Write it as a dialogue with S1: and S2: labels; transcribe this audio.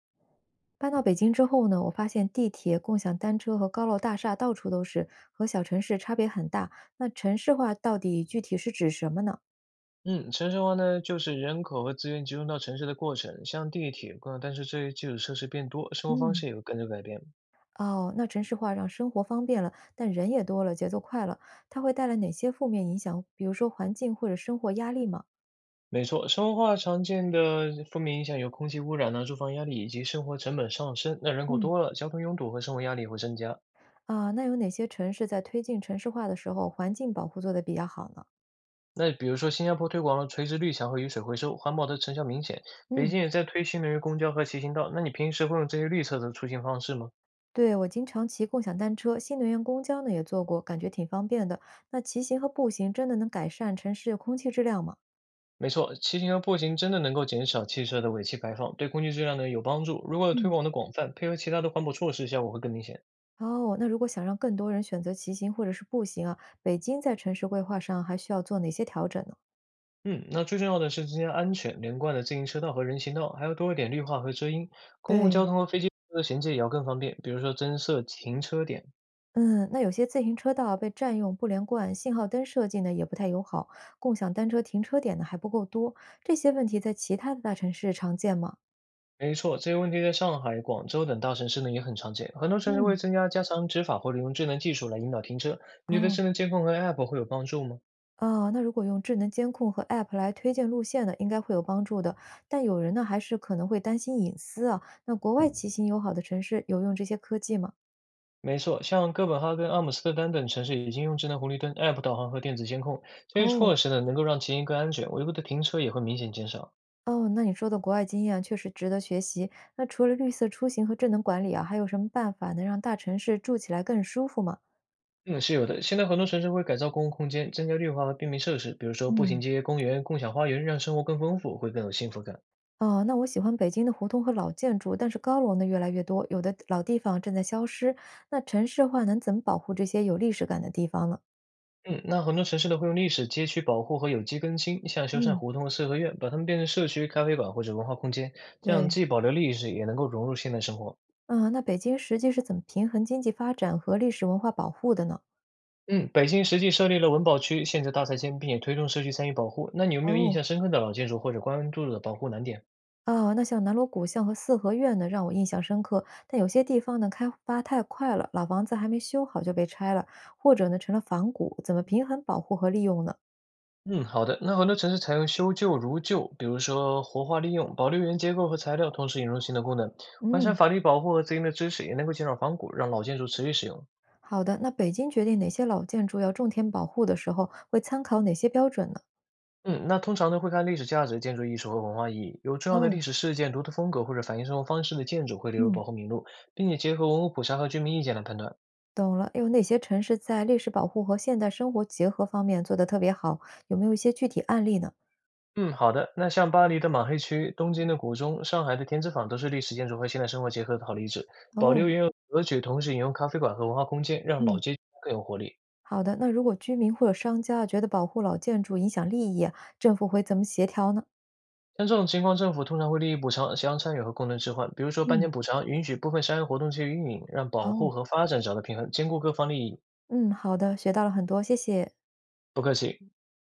S1: 搬到北京之后呢，我发现地铁、共享单车和高楼大厦到处都是，和小城市差别很大。那城市化到底具体是指什么呢？
S2: 嗯，城市化呢，就是人口和资源集中到城市的过程，像地铁、公但是这些基础设施变多，生活方
S1: 嗯，
S2: 式也会跟着改变。
S1: 哦，那城市化让生活方便了，但人也多了，节奏快了，它会带来哪些负面影响？比如说环境或者生活压力吗？
S2: 没错，生活化常见的负面影响有空气污染呢、住房压力以及生活成本上升。那人口
S1: 嗯
S2: 多了，交通拥堵和生活压力也会增加。
S1: 啊、那有哪些城市在推进城市化的时候，环境保护做得比较好呢？
S2: 那比如说，新加坡推广了垂直绿墙和雨水回收，环保的成效明显。北
S1: 嗯。
S2: 京也在推新能源公交和骑行道。那你平时会用这些绿色的出行方式吗？
S1: 对，我经常骑共享单车，新能源公交呢也坐过，感觉挺方便的。那骑行和步行真的能改善城市的空气质量吗？
S2: 没错，骑行和步行真的能够减少汽车的尾气排放，对空气质量呢有帮助。如果推
S1: 嗯，
S2: 广的广泛，配合其他的环保措施，效果会更明显。
S1: 哦，那如果想让更多人选择骑行或者是步行啊，北京在城市规划上还需要做哪些调整呢？
S2: 嗯，那最重要的是增加安全、连贯的自行车道和人行道，还要多一点绿化和遮阴。公共
S1: 对，
S2: 交通和飞机的衔接也要更方便，比如说增设停车点。
S1: 嗯，那有些自行车道啊被占用、不连贯，信号灯设计呢也不太友好，共享单车停车点呢还不够多，这些问题在其他的大城市常见吗？
S2: 没错，这些问题在上海、广州等大城市呢也很常见，很多城市
S1: 嗯。
S2: 会增加加强执法或者用智能技术来引导停车。你觉得
S1: 哦，
S2: 智能监控和 App 会有帮助吗？
S1: 哦，那如果用智能监控和 App 来推荐路线呢，应该会有帮助的。但有人呢，还是可能会担心隐私啊。那国外骑行友好的城市有用这些科技吗？
S2: 没错，像哥本哈根、阿姆斯特丹等城市已经用智能红绿灯、App 导航和电子监控这些措
S1: 哦
S2: 施呢，能够让骑行更安全，违规的停车也会明显减少。
S1: 哦，那你说的国外经验啊确实值得学习。那除了绿色出行和智能管理啊，还有什么办法能让大城市住起来更舒服吗？
S2: 嗯，是有的。现在很多城市会改造公共空间，增加绿化和便民设施，比如说步行
S1: 嗯，
S2: 街、公园、共享花园，让生活更丰富，会更有幸福感。
S1: 哦，那我喜欢北京的胡同和老建筑，但是高楼呢越来越多，有的老地方正在消失。那城市化能怎么保护这些有历史感的地方呢？
S2: 嗯，那很多城市呢会用历史街区保护和有机更新，像修缮
S1: 嗯，
S2: 胡同和四合院，把它们变成社区咖啡馆或者文化空间，这样
S1: 对。
S2: 既保留历史，也能够融入现代生活。
S1: 嗯，那北京实际是怎么平衡经济发展和历史文化保护的呢？
S2: 嗯，北京实际设立了文保区，限制大拆迁，并且推动社区参与保护。那你有没有印
S1: 哦，
S2: 象深刻的老建筑或者关注的保护难点？
S1: 哦，那像南锣鼓巷和四合院呢，让我印象深刻。但有些地方呢，开发太快了，老房子还没修好就被拆了，或者呢成了仿古，怎么平衡保护和利用呢？
S2: 嗯，好的。那很多城市采用修旧如旧，比如说活化利用，保留原结构和材料，同时引入新的功能，完善
S1: 嗯，
S2: 法律保护和资金的支持，也能够减少仿古，让老建筑持续使用。
S1: 好的。那北京决定哪些老建筑要重点保护的时候，会参考哪些标准呢？
S2: 嗯，那通常呢会看历史价值、建筑艺术和文化意义，有重要的历
S1: 哦，
S2: 史事件、独特风格或者反映生活方式的建筑会列入
S1: 嗯，
S2: 保护名录，并且结合文物普查和居民意见来判断。
S1: 懂了，有哪些城市在历史保护和现代生活结合方面做得特别好？有没有一些具体案例呢？
S2: 嗯，好的。那像巴黎的马黑区、东京的古钟、上海的天之坊，都是历史建筑和现代生活结合的好例子。保
S1: 哦，
S2: 留原有格局，同时引用咖啡馆和文化空间，让老
S1: 嗯。
S2: 街区更有活力。
S1: 好的，那如果居民或者商家觉得保护老建筑影响利益，政府会怎么协调呢？
S2: 像这种情况，政府通常会利益补偿、将参与和功能置换，比如说搬迁
S1: 嗯，
S2: 补偿，允许部分商业活动去运营，让保护
S1: 哦，
S2: 和发展找到平衡，兼顾各方利益。
S1: 嗯，好的，学到了很多，谢谢。
S2: 不客气。